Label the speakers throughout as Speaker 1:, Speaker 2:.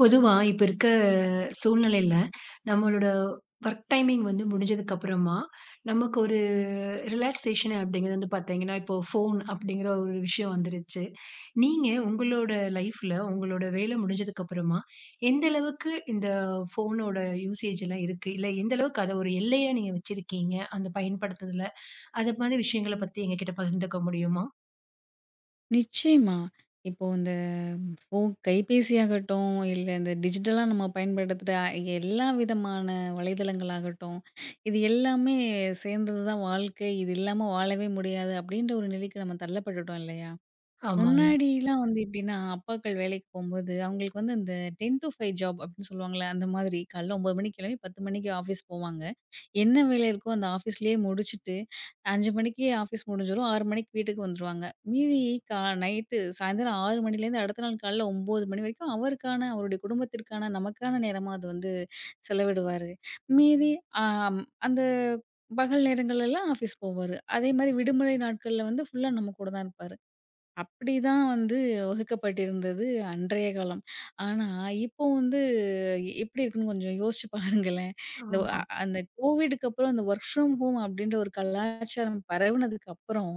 Speaker 1: பொதுவா இப்ப இருக்க சூழ்நிலையில, நம்மளோட வொர்க் டைமிங் வந்து முடிஞ்சதுக்கு அப்புறமா, நமக்கு ஒரு ரிலாக்சேஷன் அப்படிங்கிறது வந்து பார்த்தீங்கன்னா, இப்போ ஃபோன் அப்படிங்கிற ஒரு விஷயம் வந்துருச்சு. நீங்க உங்களோட லைஃப்ல, உங்களோட வேலை முடிஞ்சதுக்கு அப்புறமா, எந்த அளவுக்கு இந்த ஃபோனோட யூசேஜ் எல்லாம் இருக்கு? இல்ல எந்த அளவுக்கு அத ஒரு எல்லையா நீங்க வச்சிருக்கீங்க? அந்த பயன்படுத்துறதுல, அது மாதிரி விஷயங்கள பத்தி எங்ககிட்ட பகிர்ந்துக்க முடியுமா?
Speaker 2: நிச்சயமா. இப்போ இந்த ஃபோன் கைபேசியாகட்டும், இல்ல இந்த டிஜிட்டலா நம்ம பயன்படுத்துற எல்லா விதமான வலைதளங்களாகட்டும், இது எல்லாமே சேர்ந்தது தான் வாழ்க்கை. இது இல்லாம வாழவே முடியாது, அப்படின்ற ஒரு நிலைக்கு நம்ம தள்ளப்பட்டுட்டோம் இல்லையா?
Speaker 1: ஆமாங்க.
Speaker 2: முன்னாடிலாம் வந்து எப்படின்னா, அப்பாக்கள் வேலைக்கு போம்போது, அவங்களுக்கு வந்து அந்த 10 to 5 ஜாப் அப்படின்னு சொல்லுவாங்கல்ல, அந்த மாதிரி காலைல 9 மணிக்கு கிளம்பி 10 மணிக்கு ஆஃபீஸ் போவாங்க. என்ன வேலை இருக்கோ அந்த ஆஃபீஸ்லேயே முடிச்சுட்டு 5 மணிக்கு ஆஃபீஸ் முடிஞ்சிரும். 6 மணிக்கு வீட்டுக்கு வந்துருவாங்க. மீதி நைட்டு சாயந்தரம் 6 மணிலேருந்து அடுத்த நாள் காலைல 9 மணி வரைக்கும் அவருக்கான, அவருடைய குடும்பத்திற்கான, நமக்கான நேரமா அது வந்து செலவிடுவாரு. மீதி ஆம் அந்த பகல் நேரங்கள்லலாம் ஆஃபீஸ் போவாரு. அதே மாதிரி விடுமுறை நாட்கள்ல வந்து ஃபுல்லா நம்ம கூட தான் இருப்பாரு. அப்படிதான் வந்து வகுக்கப்பட்டிருந்தது அன்றைய காலம். ஆனா, இப்போ வந்து எப்படி இருக்குன்னு கொஞ்சம் யோசிச்சு பாருங்களேன். இந்த
Speaker 1: ஆமா.
Speaker 2: அ அந்த கோவிடுக்கு அப்புறம் அந்த வொர்க் ஃப்ரம் ஹோம் அப்படின்ற ஒரு கலாச்சாரம் பரவுனதுக்கு அப்புறம்,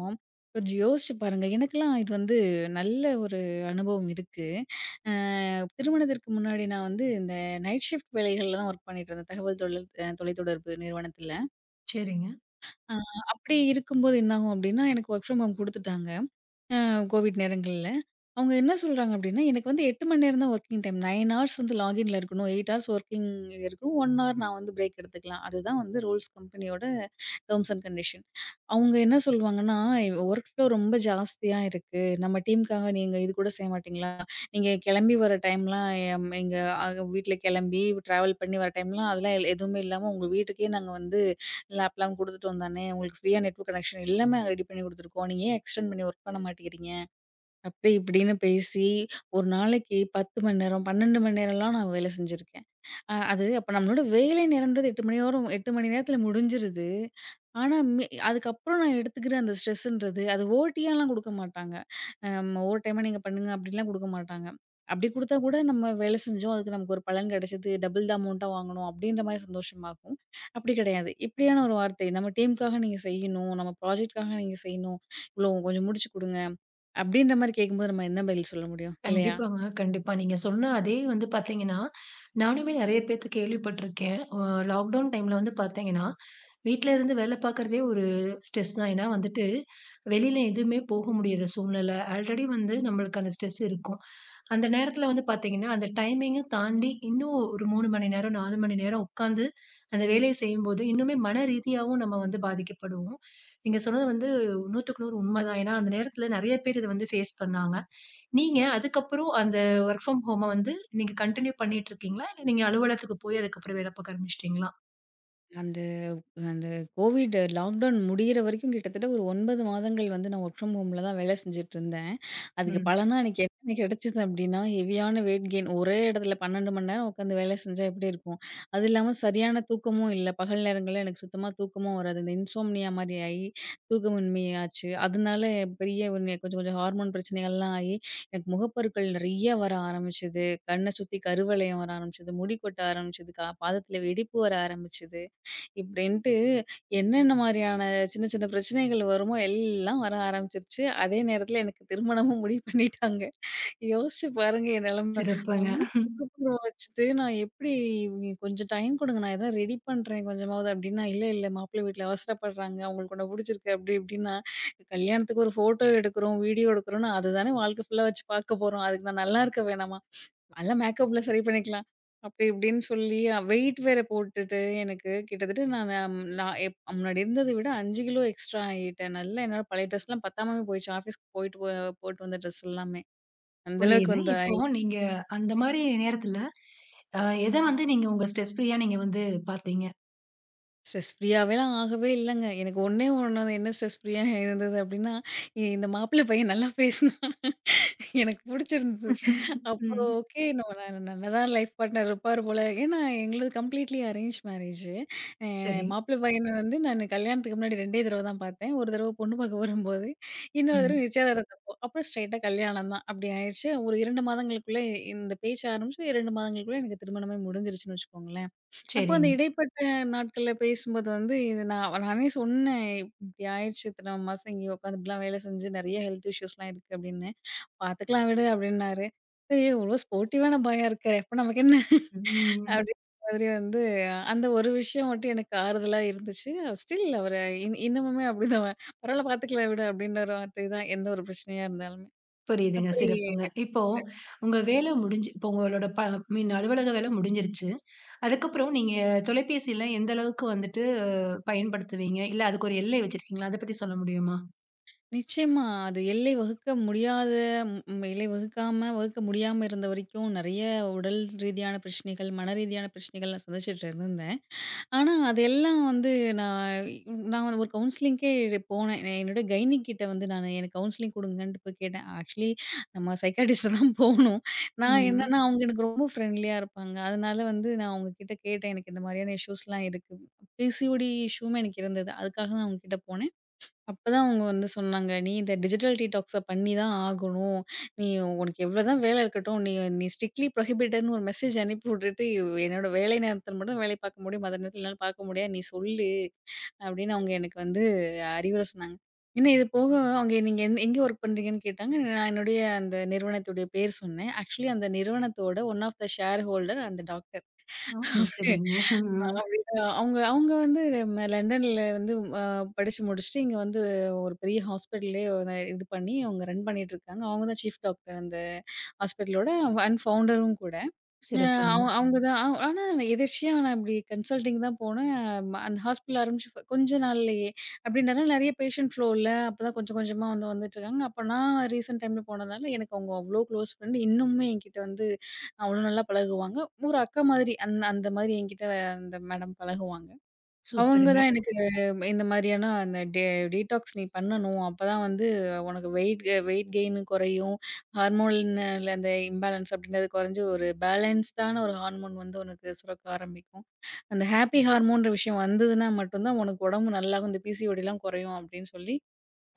Speaker 2: கொஞ்சம் யோசிச்சு பாருங்க. எனக்கெல்லாம் இது வந்து நல்ல ஒரு அனுபவம் இருக்கு. அ திருமணத்திற்கு முன்னாடி நான் வந்து இந்த நைட் ஷிஃப்ட் வேலைகள்ல தான் ஒர்க் பண்ணிட்டுருந்தேன். தகவல் தொழில் அ தொலைத்தொடர்பு நிறுவனத்தில.
Speaker 1: சரிங்க.
Speaker 2: அ அப்படி இருக்கும்போது என்னாகும் அப்படின்னா, எனக்கு வொர்க் ஃப்ரம் ஹோம் குடுத்துட்டாங்க. அ கோவிட் நேரங்கள்ல. அவங்க என்ன சொல்றாங்க அப்படின்னா, எனக்கு வந்து 8 மணி நேரம் தான் வொர்க்கிங் டைம். 9 ஹார்ஸ் வந்து லாகின்ல இருக்கணும். 8 ஹார்ஸ் வொர்க்கிங் இருக்கணும். 1 ஹார் நான் வந்து பிரேக் எடுத்துக்கலாம். அதுதான் வந்து ரூல்ஸ் கம்பெனியோட டெர்ம்ஸ் அண்ட் கண்டிஷன். அவங்க என்ன சொல்லுவாங்கன்னா, "வொர்க் ஃப்ளோ ரொம்ப ஜாஸ்தியா இருக்கு. நம்ம டீமுக்காக நீங்க இது கூட செய்ய மாட்டீங்களா? நீங்க கிளம்பி வர டைம்லாம் எம் எங்க அ வீட்ல கிளம்பி டிராவல் பண்ணி வர டைம்லாம் அதெல்லாம் எதுவுமே இல்லாம உங்க வீட்டுக்கே நாங்க வந்து லேப்லாம் குடுத்துட்டு வந்தானே! உங்களுக்கு ஃப்ரீயா நெட்வொர்க் கனெக்ஷன் எல்லாமே நாங்க ரெடி பண்ணி குடுத்துருக்கோம். நீங்க ஏன் எக்ஸ்டெண்ட் பண்ணி ஒர்க் பண்ண மாட்டேங்கிறீங்க? அப்படி இப்படின்னு பேசி, ஒரு நாளைக்கு 10 மணி நேரம், 12 மணி நேரம்லாம் நான் வேலை செஞ்சிருக்கேன். அது அப்ப நம்மளோட வேலை நேரம்ன்றது 8 மணி நேரம் 8 மணி நேரத்தில முடிஞ்சிருது. ஆனா, அதுக்கப்புறம் நான் எடுத்துக்கிற அந்த ஸ்ட்ரெஸ்ன்றது, அது ஓடியாலாம் குடுக்க மாட்டாங்க. ஓவர் டைமா நீங்க பண்ணுங்க அப்படிலாம் குடுக்க மாட்டாங்க. அப்படி குடுத்தா கூட நம்ம வேலை செஞ்சோம், அதுக்கு நமக்கு ஒரு பலன் கிடைச்சது. டபுள் அமௌண்ட்டா வாங்கணும் அப்படின்ற மாரி சந்தோஷமாக்கும். அப்படி கிடையாது. இப்படியான ஒரு வார்த்தை, "நம்ம டீமுக்காக நீங்க செய்யணும். நம்ம ப்ராஜெக்ட்காக நீங்க செய்யணும். இவ்வளோ கொஞ்சம் முடிச்சு குடுங்க." அப்படின்ற மாரி கேட்கும்போது நம்ம என்ன பதில் சொல்ல முடியும்? இல்லையா?
Speaker 1: கண்டிப்பாங்க. கண்டிப்பா. நீங்க சொன்ன அதே வந்து பார்த்தீங்கன்னா, நானுமே நெறைய பேத்த கேள்விப்பட்டுருக்கேன். லாக்டவுன் டைம்ல வந்து பார்த்தீங்கன்னா, வீட்ல இருந்து வேல பார்க்குறதே ஒரு ஸ்ட்ரெஸ் தான். ஏன்னா வந்துட்டு, வெளியில எதுவுமே போக முடியாத சூழ்நிலை. ஆல்ரெடி வந்து நம்மளுக்கு அந்த ஸ்ட்ரெஸ் இருக்கும். அந்த நேரத்தில வந்து பார்த்தீங்கன்னா, அந்த டைமிங்க தாண்டி இன்னும் ஒரு 3 மணி நேரம், 4 மணி நேரம் உட்காந்து அந்த வேலைய செய்யும்போது, இன்னுமே மன ரீதியாவும் நம்ம வந்து பாதிக்கப்படுவோம். நீங்க சொன்னது வந்து 100க்கு 100 உண்ம தான். ஏன்னா, அந்த நேரத்தில நெறைய பேர் இத வந்து ஃபேஸ் பண்ணாங்க. நீங்க அதுக்கப்புறம் அந்த வொர்க் ஃப்ரம் ஹோம வந்து நீங்க கன்டின்யூ பண்ணிட்டு இருக்கீங்களா? இல்ல நீங்க அலுவலகத்துக்கு போய் அதுக்கப்புறம் வேலை பார்க்க ஆரம்பிச்சுட்டீங்களா?
Speaker 2: அந்த அந்த கோவிட் லாக்டவுன் முடியிற வரைக்கும் கிட்டத்தட்ட ஒரு 9 மாதங்கள் வந்து நான் ஒர்க் ஃப்ரம் ஹோம்ல தான் வேலை செஞ்சுட்டு இருந்தேன். அதுக்கு
Speaker 1: ம்.
Speaker 2: பலனா எனக்கு என்ன கிடைச்சது அப்டின்னா, ஹெவியான வெயிட் கெயின். ஒரே இடத்துல 12 மணி நேரம் உட்காந்து வேலை செஞ்சா எப்டி இருக்கும்? அது இல்லாம சரியான தூக்கமும் இல்ல. பகல் நேரங்கள்ல எனக்கு சுத்தமா தூக்கமும் வராது. இந்த இன்சோம்னியா மாரி ஆயி, தூக்கமின்மை ஆச்சு. அதனால பெரிய ஒண்ணு கொஞ்சம் கொஞ்சம் ஹார்மோன் பிரச்சனைகள்லாம் ஆயி, எனக்கு முகப்பருக்கள் நெறைய வர ஆரம்பிச்சது. கண்ண சுத்தி கருவளையம் வர ஆரம்பிச்சது. முடி கொட்ட ஆரம்பிச்சது. பாதத்துல வெடிப்பு வர ஆரம்பிச்சது. இப்படின்ட்டு என்னென்ன மாதிரியான சின்ன சின்ன பிரச்சனைகள் வருமோ எல்லாம் வர ஆரம்பிச்சிருச்சு. அதே நேரத்தில எனக்கு திருமணமும் முடிவு பண்ணிட்டாங்க. யோசிச்சு பாருங்க என் நிலைமை.
Speaker 1: சிறப்புங்க.
Speaker 2: அவ்ளோ அதுக்கப்புறம் வச்சுட்டு நான் எப்படி "நீங்க கொஞ்சம் டைம் கொடுங்க நான் ஏதாவது ரெடி பண்றேன் கொஞ்சமாவது அப்படின்னா, "இல்ல இல்ல மாப்பிள்ளை வீட்ல அவசரப்படுறாங்க. அவங்களுக்கு உன்ன புடிச்சிருக்கு" அப்படி இப்படின்னா, கல்யாணத்துக்கு ஒரு ஃபோட்டோ எடுக்கிறோம், வீடியோ எடுக்கிறோம்னா அதுதானே வாழ்க்கை ஃபுல்லா வச்சு பார்க்க போறோம். அதுக்கு நான் நல்லா இருக்க வேணாமா? அதெல்லாம் மேக்கப்ல சரி பண்ணிக்கலாம். அப்படி இப்படின்னு சொல்லி வெயிட் வேற போட்டுட்டு எனக்கு கிட்டத்தட்ட நானு நான் எப் முன்னாடி இருந்தத விட 5 கிலோ எக்ஸ்ட்ரா ஆயிட்டேன். நல்லா என்னோட பழைய ட்ரெஸ்லாம் பத்தாமவே போயிடுச்சு. ஆஃபீஸ்க்கு போயிட்டு போட்டு வந்த ட்ரெஸ் எல்லாமே. அந்த அளவுக்கு
Speaker 1: புரியுது.
Speaker 2: வந்த
Speaker 1: இப்போ நீங்க அந்த மாரி நேரத்துல, அ எத வந்து நீங்க உங்க ஸ்ட்ரெஸ் ஃப்ரீயா நீங்க வந்து பார்த்தீங்க?
Speaker 2: ஸ்ட்ரெஸ் ஃப்ரீயாவேலாம் ஆகவே இல்லங்க. எனக்கு ஒண்ணே ஒண்ணு என்ன ஸ்ட்ரெஸ் ஃப்ரீயா இருந்தது அப்டின்னா, இந்த மாப்பிள்ளை பையன் நல்லா பேசினான். எனக்கு புடிச்சிருந்தது. அப்போ
Speaker 1: ம்.
Speaker 2: ஓகே நம்ம நல்லதான் லைஃப் பார்ட்னர் இருப்பார் போல. ஏன்னா எங்களுது கம்ப்ளீட்லி அரேஞ்ச் மேரேஜு. அ
Speaker 1: சரி.
Speaker 2: மாப்பிள்ளை பையன வந்து நானு கல்யாணத்துக்கு முன்னாடி 2டே தடவ தான் பார்த்தேன். ஒரு தடவ பொண்ணு பார்க்க வரும்போது, இன்னொரு தடவ
Speaker 1: ம்.
Speaker 2: நிச்சயதார்த்தப்போ. அப்புறம் ஸ்ட்ரெயிட்டா கல்யாணம் தான். அப்டி ஆயிருச்சு. ஒரு 2 மாதங்களுக்குள்ள இந்த பேச்சு ஆரம்பிச்சு 2 மாதங்களுக்குள்ள எனக்கு திருமணமே முடிஞ்சிருச்சுன்னு வச்சுக்கோங்களேன். அப்போ அந்த
Speaker 1: சரிங்க.
Speaker 2: இடைப்பட்ட நாட்கள்ல பேசும்போது வந்து, இது நானே சொன்னேன். "இப்படி ஆயிடுச்சு. இத்தன மாசம் இங்கேயே உட்காந்து இப்படிலாம் வேலை செஞ்சு நெறைய ஹெல்த் இஷ்யூஸ்லாம் இருக்கு" அப்படின்னு. "பாத்துக்கலாம் விடு" அப்படின்னாரு. சரி இவ்ளோ ஸ்போர்ட்டிவான பாயா இருக்காரே, அப்ப நமக்கு என்ன?
Speaker 1: ம்.
Speaker 2: அப்படின்ற மாதிரி வந்து அந்த ஒரு விஷயம் மட்டும் எனக்கு ஆறுதலா இருந்துச்சு. ஸ்டில் அவர இன்னமுமே அப்படிதான் "பரவால்ல பாத்துக்கலாம் விடு" அப்படின்ற ஒரு வார்த்தை தான் எந்த ஒரு பிரச்சனையா இருந்தாலுமே.
Speaker 1: புரியுதுங்க.
Speaker 2: அப்படி
Speaker 1: சிறப்புங்க. இப்போ உங்க வேலை முடிஞ்சு இப்போ உங்களோட மீன் அலுவலக வேலை முடிஞ்சிருச்சு. அதுக்கப்புறம் நீங்க தொலைபேசியில எந்த அளவுக்கு வந்துட்டு பயன்படுத்துவீங்க? இல்ல அதுக்கு ஒரு எல்லை வச்சிருக்கீங்களா? அத பத்தி சொல்ல முடியுமா?
Speaker 2: நிச்சயமா. அது எல்லை வகுக்க முடியாத எல்லை வகுக்காம, வகுக்க முடியாம இருந்த வரைக்கும் நெறைய உடல் ரீதியான பிரச்சனைகள், மன ரீதியான பிரச்சனைகள் நான் சந்திச்சுட்டு இருந்தேன். ஆனா, அதெல்லாம் வந்து நான் நான் வந்து ஒரு கவுன்சிலிங்க்கே போனேன். நான் என்னோட கைனிக் கிட்ட வந்து நான் எனக்கு கவுன்சிலிங் குடுங்கன்ட்டு போய் கேட்டேன். ஆக்சுவலி நம்ம சைக்காட்டிஸ்ட் தான் போணும். நான்
Speaker 1: ம்.
Speaker 2: என்னன்னா, அவங்க எனக்கு ரொம்ப ஃப்ரெண்ட்லியா இருப்பாங்க. அதனால வந்து நான் அவங்க கிட்ட கேட்டேன். எனக்கு இந்த மாதிரியான இஷ்யூஸ்லாம் இருக்கு. பிசிஓடி இஷ்யூமே எனக்கு இருந்தது. அதுக்காக தான் அவங்க கிட்ட போனேன். அப்பதான் அவங்க வந்து சொன்னாங்க, "நீ இந்த டிஜிட்டல் டீடாக்ஸ பண்ணி தான் ஆகணும். நீ உனக்கு எவ்வளோதான் வேலை இருக்கட்டும். நீ நீ ஸ்ட்ரிக்ட்லி ப்ரோஹிபிட்டட்ன்னு ஒரு மெசேஜ் அனுப்பி விட்டுட்டு, இவ் என்னோட வேலை நேரத்தில மட்டும் வேலை பார்க்க முடியும். மத்த நேரத்தில என்னால பார்க்க முடியாது. நீ சொல்லு." அப்படின்னு அவங்க எனக்கு வந்து அறிவுரை சொன்னாங்க. இன்னும் இது போக அவங்க "நீங்க எங்க ஒர்க் பண்றீங்கன்னு?" கேட்டாங்க. நான் என்னுடைய அந்த நிறுவனத்துடைய பேர் சொன்னேன். ஆக்சுவலி அந்த நிறுவனத்தோட one of the shareholder அந்த
Speaker 1: ஓ!
Speaker 2: டாக்டர்.
Speaker 1: சரிங்க.
Speaker 2: அப்படிதான். அவங்க அவங்க வந்து லண்டன்ல வந்து அ படிச்சு முடிச்சுட்டு, இங்க வந்து ஒரு பெரிய ஹாஸ்பிட்டல்லயே ஒரு இது பண்ணி அவங்க ரன் பண்ணிட்டுருக்காங்க. அவங்க தான் சீஃப் டாக்டர் அந்த ஹாஸ்பிட்டலோட அண்ட் ஃபவுண்டரும் கூட. அ
Speaker 1: சிறப்புங்க.
Speaker 2: அவ் அவங்க தான் அவ் ஆனா எதேர்ச்சியா நான் இப்டி கன்சல்டிங் தான் போனேன். அந்த ஹாஸ்பிட்டல் ஆரம்பிச்சு கொஞ்ச நாள்லயே. அப்டின்றனால நெறைய பேஷண்ட் ஃப்ளோ இல்ல. அப்பதான் கொஞ்சம் கொஞ்சமா வந்து வந்துட்டுருக்காங்க. அப்ப நான் ரீசென்ட் டைம்ல போனதுனால எனக்கு அவங்க அவ்ளோ க்ளோஸ் ஃப்ரெண்ட். இன்னுமே என்கிட்ட வந்து அவ்ளோ நல்லா பழகுவாங்க. ஒரு அக்கா மாதிரி. அந்த மாதிரி என்கிட்ட அந்த மேடம் பழகுவாங்க. அவங்க
Speaker 1: சூப்பருங்க.
Speaker 2: தான் எனக்கு இந்த மாதிரியான அந்த டீடாக்ஸ் நீ பண்ணணும். அப்பதான் வந்து உனக்கு வெயிட் கெயின் குறையும். ஹார்மோன்ல அந்த இம்பேலன்ஸ் அப்படின்றது குறைஞ்சு ஒரு பேலன்ஸ்டான ஒரு ஹார்மோன் வந்து உனக்கு சுரக்க ஆரம்பிக்கும். அந்த ஹாப்பி ஹார்மோன்ற விஷயம் வந்ததுன்னா மட்டும் தான் உனக்கு உடம்பு நல்லாகும். இந்த பிசிஓடிலாம் குறையும் அப்படின்னு சொல்லி,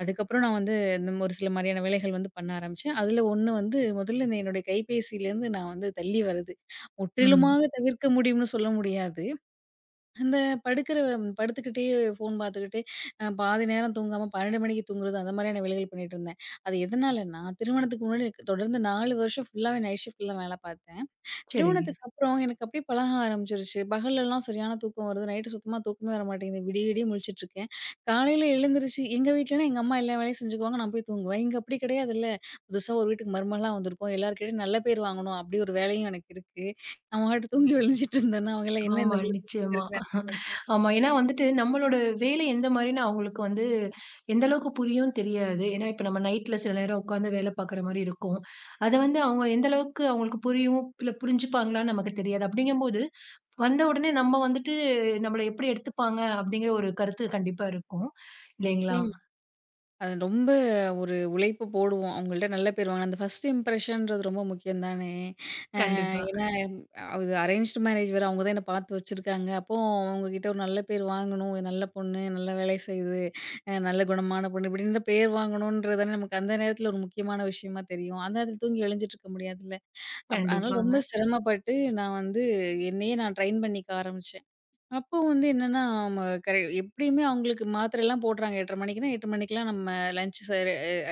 Speaker 2: அதுக்கப்புறம் நான் வந்து இந்த ஒரு சில மாதிரியான வேலைகள் வந்து பண்ண ஆரம்பிச்சேன். அதில ஒண்ணு வந்து முதல்ல இந்த என்னுடைய கைபேசியிலேருந்து நான் வந்து தள்ளி வர்றது.
Speaker 1: ம்.
Speaker 2: முற்றிலுமாக தவிர்க்க முடியும்னு சொல்ல முடியாது. அந்த படுக்கிற படுத்துக்கிட்டே ஃபோன் பார்த்துக்கிட்டே பாதி நேரம் தூங்காம 12 மணிக்கு தூங்குறது, அந்த மாதிரியான வேலைகள் பண்ணிட்டுருந்தேன். அது எதனாலன்னா, திருமணத்துக்கு முன்னாடி எனக்கு தொடர்ந்து 4 வருஷம் ஃபுல்லாவே நைட் ஷிஃப்ட்ல தான் வேலை பார்த்தேன்.
Speaker 1: சரிங்க.
Speaker 2: திருமணத்துக்கு அப்புறம் எனக்கு அப்படியே பழக ஆரம்பிச்சுருச்சு. பகல்லலாம் சரியான தூக்கம் வருது. நைட்டு சுத்தமா தூக்கமே வர மாட்டேங்குது. விடிய விடிய முழிச்சுட்ருக்கேன். காலையில எழுந்திருச்சு எங்க வீட்லனா எங்க அம்மா எல்லா வேலையும் செஞ்சுக்குவாங்க. நான் போய் தூங்குவேன். இங்க அப்படி கிடையாதுல்ல. புதுசா ஒரு வீட்டுக்கு மருமகளா வந்திருக்கோம். எல்லார்கிட்டயும் நல்ல பேர் வாங்கணும் அப்படி ஒரு வேலையும் எனக்கு இருக்கு. நான் பாட்டு தூங்கி விழுந்துட்டு இருந்தேன்னா, அவங்கலாம் என்ன
Speaker 1: ஆமா.
Speaker 2: இந்த பிள்ள தூங்கிட்டே
Speaker 1: நிச்சயமா.
Speaker 2: இருக்கு
Speaker 1: ஆமா. ஏன்னா வந்துட்டு, நம்மளோட வேலை எந்த மாரின்னு அவங்களுக்கு வந்து, எந்த அளவுக்கு புரியும்னு தெரியாது. ஏன்னா, இப்ப நம்ம நைட்ல சில நேரம் உட்காந்து வேலை பார்க்குற மாரி இருக்கும். அத வந்து அவங்க எந்த அளவுக்கு அவங்களுக்கு புரியும், இல்ல புரிஞ்சுப்பாங்களான்னு நமக்கு தெரியாது. அப்படிங்கும்போது, வந்த உடனே நம்ம வந்துட்டு நம்மள எப்படி எடுத்துப்பாங்க அப்படிங்கிற ஒரு கருத்து கண்டிப்பா இருக்கும். இல்லைங்களா?
Speaker 2: நிச்சயமா. அது ரொம்ப ஒரு உழைப்பு போடுவோம். அவங்கள்ட்ட நல்ல பேர் வாங்கணும். அந்த ஃபர்ஸ்ட் இம்ப்ரஷன்றது ரொம்ப முக்கியம் தானே! அ
Speaker 1: கண்டிப்பா,
Speaker 2: ஏன்னா அது அரேஞ்ச்டு மேரேஜ் வேற. அவங்க தான் என்ன பார்த்து வச்சிருக்காங்க. அப்போ அவங்ககிட்ட ஒரு நல்ல பேர் வாங்கணும். "இது நல்ல பொண்ணு, நல்ல வேலை செய்யுது, நல்ல குணமான பொண்ணு இப்படின்ற பேர் வாங்கணுன்றது தானே நமக்கு அந்த நேரத்தில ஒரு முக்கியமான விஷயமா தெரியும். அந்த நேரத்தில தூங்கி எழுஞ்சிட்டு இருக்க முடியாதுல்ல. அதனால ரொம்ப
Speaker 1: கண்டிப்பாங்க.
Speaker 2: சிரமப்பட்டு நான் வந்து என்னையே நான் ட்ரெயின் பண்ணிக்க ஆரம்பிச்சேன். அப்போ வந்து என்னன்னா, ம கரெ எப்படியுமே அவங்களுக்கு மாத்திரைலாம் போடுறாங்க 8:30 மணிக்குன்னா, 8 மணிக்கெல்லாம் நம்ம லஞ்ச் ச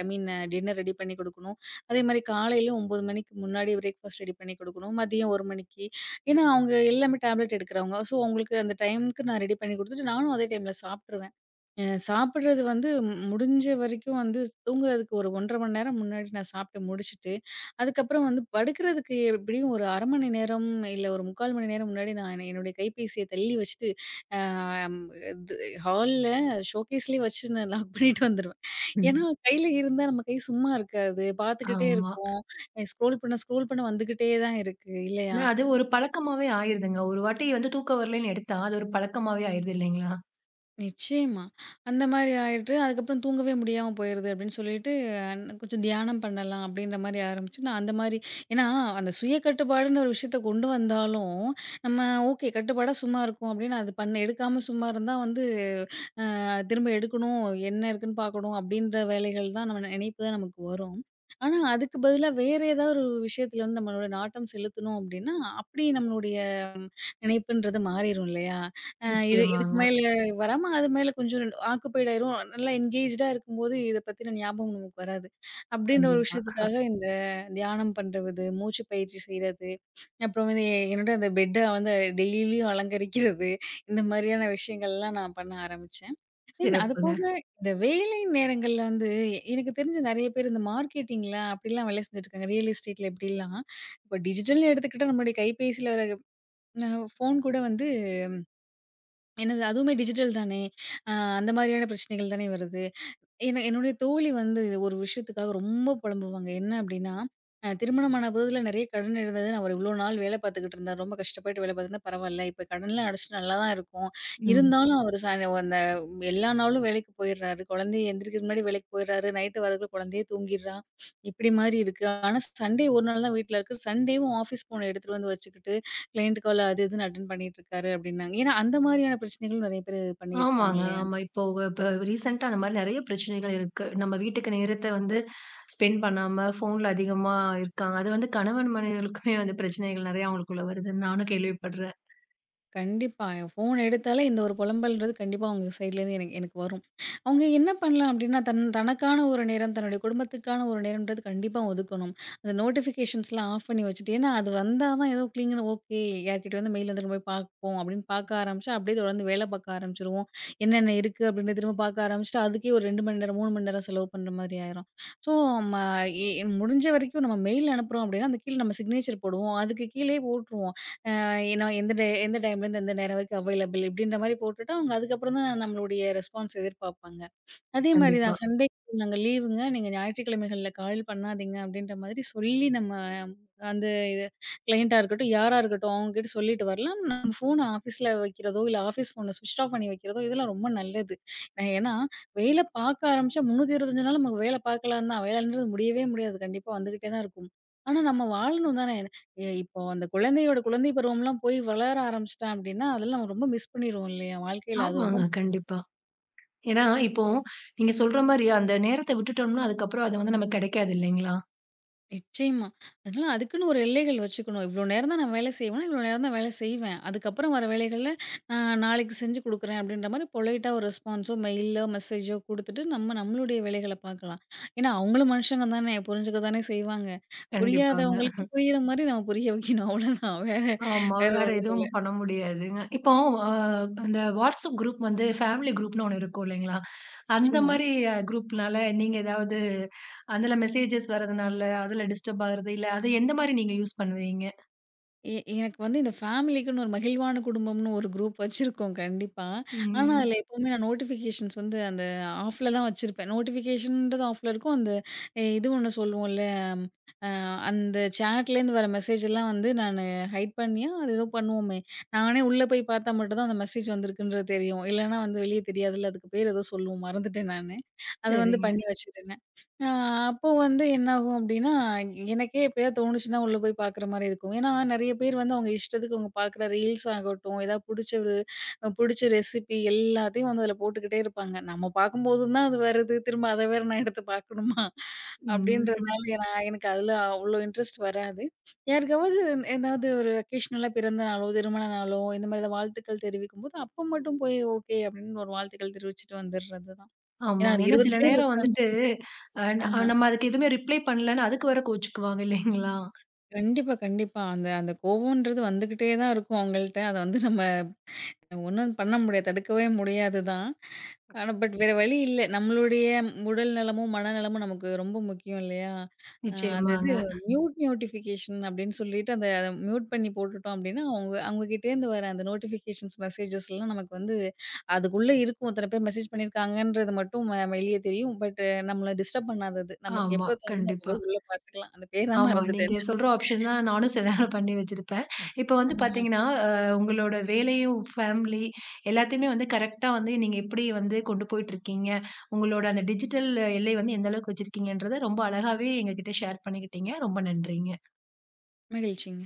Speaker 2: ஐ மீன் டின்னர் ரெடி பண்ணி குடுக்கணும். அதேமாரி காலையில 9 மணிக்கு முன்னாடி பிரேக்ஃபாஸ்ட் ரெடி பண்ணி குடுக்கணும். மதியம் 1 மணிக்கு. ஏன்னா, அவங்க எல்லாமே டேப்லெட் எடுக்கிறவங்க. ஸோ, அவங்களுக்கு அந்த டைமுக்கு நான் ரெடி பண்ணி குடுத்துட்டு, நானும் அதே டைம்ல சாப்ட்டுருவேன். சாப்பிடுறது வந்து முடிஞ்ச வரைக்கும் வந்து தூங்குறதுக்கு ஒரு 1½ மணி நேரம் முன்னாடி நான் சாப்பிட்டு முடிச்சுட்டு, அதுக்கப்புறம் வந்து படுக்கிறதுக்கு எப்படியும் ஒரு 1/2 மணி நேரம், இல்ல ஒரு 3/4 மணி நேரம் முன்னாடி நான் என்னுடைய கைபேசிய தள்ளி வச்சுட்டு, அ அம் இது ஹால்ல ஷோகேஸ்லயே வச்சு நான் லாக் பண்ணிட்டு வந்துருவேன். ஏன்னா,
Speaker 1: ம்.
Speaker 2: கையில இருந்தா நம்ம கை சும்மா இருக்காது. பார்த்துக்கிட்டே
Speaker 1: ஆமா.
Speaker 2: இருக்கோம். ஸ்க்ரோல் பண்ண, ஸ்க்ரோல் பண்ண வந்துகிட்டே தான் இருக்கு இல்லையா?
Speaker 1: ஏன்னா அது ஒரு பழக்கமாவே ஆயிருதுங்க. ஒரு வாட்டி வந்து தூக்கம் வரலைன்னு எடுத்தா, அது ஒரு பழக்கமாவே ஆயிருது இல்லைங்களா?
Speaker 2: நிச்சயமா. அந்த மாரி ஆயிட்டு, அதுக்கப்புறம் தூங்கவே முடியாம போயிருது அப்படின்னு சொல்லிட்டு, கொஞ்சம் தியானம் பண்ணலாம் அப்படின்ற மாரி ஆரம்பிச்சு, நான் அந்த மாரி ஏன்னா அந்த சுய கட்டுப்பாடுன்னு ஒரு விஷயத்த கொண்டு வந்தாலும், நம்ம ஓகே கட்டுப்பாடா சும்மா இருக்கோம் அப்படின்னு அது பண்ண எடுக்காம சும்மா இருந்தா வந்து திரும்ப எடுக்கணும், என்ன இருக்குன்னு பார்க்கணும் அப்படின்ற வேலைகள் தான் நம்ம நினைப்பு தான் நமக்கு வரும். ஆனா, அதுக்கு பதிலா வேற ஏதாவது ஒரு விஷயத்துல வந்து நம்மளோட நாட்டம் செலுத்தணும் அப்படின்னா, அப்படி நம்மளுடைய நினைப்புன்றது மாறிரும் இல்லையா? இது இதுக்கு
Speaker 1: நிச்சயமாங்க.
Speaker 2: மேல வராம அது மேல கொஞ்சம் ஆக்குபைட் ஆயிரும். நல்லா என்கேஜ்டா இருக்கும்போது இத பத்தின ஞாபகம் நமக்கு வராது. அப்படின்ற ஒரு
Speaker 1: கண்டிப்பா.
Speaker 2: விஷயத்துக்காக இந்த தியானம் பண்றது, மூச்சு பயிற்சி செய்றது, அப்புறம் வந்து என்னோட அந்த பெட்ட வந்து டெய்லியும் அலங்கரிக்கிறது, இந்த மாதிரியான விஷயங்கள்லாம் நான் பண்ண ஆரம்பிச்சேன். அது
Speaker 1: சிறப்புங்க.
Speaker 2: போக இந்த வேலை நேரங்கள்ல வந்து எனக்கு தெரிஞ்சு நெறைய பேர் இந்த மார்க்கெட்டிங்ல அப்படிலாம் வேலை செஞ்சுட்டு இருக்காங்க. ரியல் எஸ்டேட்ல எப்படிலாம், இப்போ டிஜிட்டல்னு எடுத்துக்கிட்டா நம்மளுடைய கைபேசியில வர அ ஃபோன் கூட வந்து என்னது அதுவுமே டிஜிட்டல் தானே! அ அந்த மாதிரியான பிரச்சனைகள் தானே வருது. என்ன என்னுடைய தோழி வந்து ஒரு விஷயத்துக்காக ரொம்ப புலம்புவாங்க. என்ன அப்டின்னா, திருமணமான புதில நெறைய கடன் இருந்தது. அவர் இவ்ளோ நாள் வேல பார்த்துக்கிட்டு இருந்தார். ரொம்ப கஷ்டப்பட்டு வேல பார்த்துருந்தா பரவால்ல. இப்ப கடன்லாம் அடைச்சு நல்லா தான் இருக்கும்.
Speaker 1: ம்.
Speaker 2: இருந்தாலும் அவரு அந்த எல்லா நாளும் வேலைக்கு போயிடுறாரு. குழந்தை எந்திரிக்கிறதுக்கு முன்னாடி வேலைக்கு போயிடுறாரு. நைட்டு வரதுக்குள்ள குழந்தையே தூங்கிடுறா. இப்டி மாரி இருக்கு. ஆனா சண்டே ஒரு நாள் தான் வீட்ல இருக்கு. சண்டேவும் ஆஃபீஸ் ஃபோன எடுத்துட்டு வந்து வச்சுக்கிட்டு கிளையண்ட் கால் அது இதுன்னு அட்டெண்ட் பண்ணிட்டு இருக்காரு அப்டின்னாங்க. ஏன்னா அந்த மாரியான பிரச்சனைகளும் நெறைய பேர் பண்ணிக்கிட்டு இருக்காங்க
Speaker 1: ஆமாங்க.
Speaker 2: இல்லையா?
Speaker 1: ஆமா. இப்ப ரீசென்ட்டா அந்த மாரி நெறைய பிரச்சனைகள் இருக்கு. நம்ம வீட்டுக்கு நேரத்த வந்து ஸ்பெண்ட் பண்ணாம, ஃபோன்ல அதிகமா இருக்காங்க. அது வந்து கணவன் மனைவிகளுக்குமே வந்து பிரச்சனைகள் நெறைய அவங்களுக்குள்ள வருதுன்னு நானும் கேள்விப்படுறேன்.
Speaker 2: கண்டிப்பா. என் ஃபோன் எடுத்தாலே இந்த ஒரு புலம்பல்ன்றது கண்டிப்பா அவங்க சைட்லேருந்து எனக்கு எனக்கு வரும். அவங்க என்ன பண்ணலாம் அப்டின்னா, தனக்கான ஒரு நேரம், தன்னுடைய குடும்பத்துக்கான ஒரு நேரம்ன்றது கண்டிப்பா ஒதுக்கணும். அந்த நோட்டிஃபிகேஷன்ஸ்லாம் ஆஃப் பண்ணி வச்சுட்டு, ஏன்னா அது வந்தா தான் ஏதோ கிளிங்குன்னு ஓகே யார்கிட்டயோ வந்து மெயில் வந்துருக்கு போய் பார்ப்போம் அப்டின்னு பார்க்க ஆரம்பிச்சா, அப்டியே தொடர்ந்து வேல பார்க்க ஆரம்பிச்சுருவோம். என்னென்ன இருக்கு அப்டின்னு திரும்ப பார்க்க ஆரம்பிச்சுட்டு, அதுக்கே ஒரு 2 மணி நேரம், 3 மணி நேரம் செலவு பண்ற மாதிரி ஆயிரும். ஸோ ம எ முடிஞ்ச வரைக்கும் நம்ம மெயில் அனுப்புறோம் அப்டின்னா, அந்த கீழ நம்ம சிக்னேச்சர் போடுவோம். அதுக்கு கீழயே போட்டுருவோம். ஏன்னா எந்த டைம்லேருந்து எந்த நேரம் வரைக்கும் அவைலபிள் இப்படின்ற மாரி போட்டுட்டா, அவங்க அதுக்கப்புறம் தான் நம்மளுடைய ரெஸ்பான்ஸ் எதிர்பார்ப்பாங்க. அதே மாரி
Speaker 1: கண்டிப்பா.
Speaker 2: தான். சண்டே நாங்க லீவுங்க. நீங்க ஞாயிற்றுக்கிழமைகள்ல கால் பண்ணாதீங்க அப்டின்ற மாதிரி சொல்லி நம்ம அந்த இது கிளையண்ட்டா இருக்கட்டும், யாரா இருக்கட்டும் அவங்ககிட்ட சொல்லிட்டு வரலாம். நம்ம ஃபோன ஆஃபீஸ்ல வைக்கிறதோ, இல்ல ஆஃபீஸ் ஃபோன ஸ்விட்ச் ஆஃப் பண்ணி வைக்கிறதோ இதெல்லாம் ரொம்ப நல்லது. நான் ஏன்னா, வேல பார்க்க ஆரம்பிச்சா 325 நாள் நமக்கு வேல பார்க்கலாம் தான். வேலைன்றது முடியவே முடியாது. கண்டிப்பா வந்துகிட்டே தான் இருக்கும். ஆனா நம்ம வாழணும் தானே. இப்போ அந்த குழந்தையோட குழந்தை பருவம்லாம் போய் வளர ஆரம்பிச்சுட்டான் அப்டின்னா, அதெல்லாம் நம்ம ரொம்ப மிஸ் பண்ணிருவோம் இல்லையா? வாழ்க்கையில அது ரொம்ப
Speaker 1: ஆமாங்க. கண்டிப்பா. ஏன்னா, இப்போ நீங்க சொல்ற மாரி அந்த நேரத்த விட்டுட்டோம்னா, அதுக்கப்புறம் அது வந்து நமக்கு கெடைக்காது இல்லைங்களா?
Speaker 2: நிச்சயமா. அதனால அதுக்குன்னு ஒரு எல்லைகள் வச்சுக்கணும். இவ்ளோ நேரம் தான் நான் வேலை செய்வேன்னா, இவ்ளோ நேரம் தான் வேலை செய்வேன். அதுக்கப்புறம் வர வேலைகள்ல நான் நாளைக்கு செஞ்சு குடுக்குறேன் அப்படின்ற மாரி பொலைட்டா ஒரு ரெஸ்பான்ஸோ, மெயிலோ, மெசேஜோ குடுத்துட்டு நம்ம நம்மளுடைய வேலைகள பார்க்கலாம். ஏன்னா, அவங்களும் மனுஷங்க தானே புரிஞ்சுக்க தானே செய்வாங்க.
Speaker 1: கண்டிப்பாங்க.
Speaker 2: புரியாதவங்களுக்கு புரியிற மாரி நம்ம புரிய வைக்கணும் அவ்வளோதான். வேற
Speaker 1: ஆமா.
Speaker 2: வேற ஒ
Speaker 1: வேற எதுவும் பண்ண முடியாதுங்க. இப்போ அ அந்த வாட்ஸ்அப் குரூப் வந்து ஃபேமிலி குரூப்னு ஒண்ணு இருக்கும் இல்லைங்களா? அந்த
Speaker 2: நிச்சயமா.
Speaker 1: மாரி குரூப்னால நீங்க ஏதாவது அதுல மெசேஜஸ் வரதுனால, அதுல டிஸ்டர்ப் ஆகுறது இல்ல, அது எந்த மாரி நீங்க யூஸ் பண்ணுவீங்க?
Speaker 2: எ எனக்கு வந்து இந்த ஃபேமிலிக்குன்னு ஒரு மகிழ்வான குடும்பம்னு ஒரு குரூப் வச்சிருக்கோம் கண்டிப்பா. ஆனா,
Speaker 1: ம்.
Speaker 2: அதுல எப்பவுமே நான் நோட்டிஃபிகேஷன்ஸ் வந்து அந்த ஆஃப்ல தான் வச்சிருப்பேன். நோட்டிஃபிகேஷன்ன்றது ஆஃப்ல இருக்கும். அந்த இது ஒண்ணு சொல்லுவோம்ல, அ அந்த சேட்லேருந்து வர மெசேஜ் எல்லாம் வந்து நானு ஹைட் பண்ணியா, அது ஏதோ பண்ணுவோமே! நானே உள்ள போய் பார்த்தா மட்டும் தான் அந்த மெசேஜ் வந்திருக்குன்றது தெரியும். இல்லன்னா வந்து வெளிய தெரியாதுல்ல. அதுக்கு பேர் ஏதோ சொல்லுவோம். மறந்துட்டேன் நானு. அத வந்து
Speaker 1: சரிங்க.
Speaker 2: பண்ணி வச்சிருந்தேன். ஆ அப்போ வந்து என்னாகும் அப்டின்னா, எனக்கே எப்பயாவது தோணுச்சுன்னா உள்ள போய் பார்க்குற மாரி இருக்கும். ஏன்னா, நெறைய பேர் வந்து அவங்க இஷ்டத்துக்கு அவங்க பார்க்குற ரீல்ஸ் ஆகட்டும், ஏதாவது புடிச்ச ரெசிபி எல்லாத்தையும் வந்து அதில போட்டுக்கிட்டே இருப்பாங்க. நம்ம பார்க்கும்போது தான் அது வருது. திரும்ப அத வேற நான் எடுத்து பார்க்கணுமா?
Speaker 1: ம்.
Speaker 2: அப்டின்றதுனால நான் எனக்கு அதில அவ்ளோ இன்ட்ரெஸ்ட் வராது. யாருக்காவது ஏதாவது ஒரு அக்கேஷனலா பிறந்த நாளோ, திருமண நாளோ இந்த மாரி ஏதாவது வாழ்த்துக்கள் தெரிவிக்கும்போது, அப்போ மட்டும் போய் ஓகே, அப்டின்னு ஒரு வாழ்த்துக்கள் தெரிவிச்சுட்டு வந்துர்றது தான். ஏன்னா,
Speaker 1: ஆமாங்க.
Speaker 2: அது
Speaker 1: ஏன்னா
Speaker 2: 20
Speaker 1: சில
Speaker 2: பேர்
Speaker 1: நேரம்
Speaker 2: இருக்காங்க.
Speaker 1: வந்துட்டு, அ ந நம்ம அதுக்கு எதுவுமே ரிப்ளை பண்ணலன்னு அதுக்கு வேற கோவிச்சுக்குவாங்க இல்லைங்களா?
Speaker 2: கண்டிப்பா, கண்டிப்பா. அந்த அந்த கோவம்ன்றது வந்துகிட்டே தான் இருக்கும் அவங்கள்ட்ட. அத வந்து நம்ம ஒண்ணும் பண்ண முடியாது. தடுக்கவே முடியாது தான். ஆனா, பட் வேற வழி இல்ல. நம்மளுடைய உடல் நலமும், மனநலமும் நமக்கு ரொம்ப முக்கியம் இல்லையா? அ அந்த இது
Speaker 1: நிச்சயமாங்க.
Speaker 2: ம். மியூட் நோட்டிஃபிகேஷன் அப்படின்னு சொல்லிட்டு அந்த அத மியூட் பண்ணி போட்டுட்டோம் அப்படின்னா, அவங்க அவங்க கிட்டேருந்து வர அந்த நோட்டிஃபிகேஷன்ஸ் மெசேஜஸ்லாம் நமக்கு வந்து அதுக்குள்ள இருக்கும். இத்தன பேர் மெசேஜ் பண்ணியிருக்காங்கன்றது மட்டும் வெளிய தெரியும். பட் நம்மள டிஸ்டர்ப் பண்ணாதது. நமக்கு
Speaker 1: ஆமா.
Speaker 2: எப்ப தோணுமோ அப்ப
Speaker 1: கண்டிப்பா.
Speaker 2: போய் உள்ள பார்த்துக்கலாம். அந்த பேர் தான்
Speaker 1: ஆமா. நீங்க
Speaker 2: மறந்துட்டேன்.
Speaker 1: சொல்ற ஆப்ஷன் தான் நானும் சில பண்ணி வச்சிருப்பேன். இப்ப வந்து பார்த்தீங்கன்னா, உங்களோட வேலையும், ஃபேமிலி எல்லாத்தையுமே வந்து கரெக்ட்டா வந்து நீங்க எப்படி வந்து கொண்டு போயிட்டுருக்கீங்க, உங்களோட அந்த டிஜிட்டல் எல்லை வந்து எந்த அளவுக்கு வச்சிருக்கீங்கன்றத ரொம்ப அழகாவே எங்ககிட்ட ஷேர் பண்ணிக்கிட்டீங்க. ரொம்ப நன்றி.
Speaker 2: மகிழ்ச்சிங்க.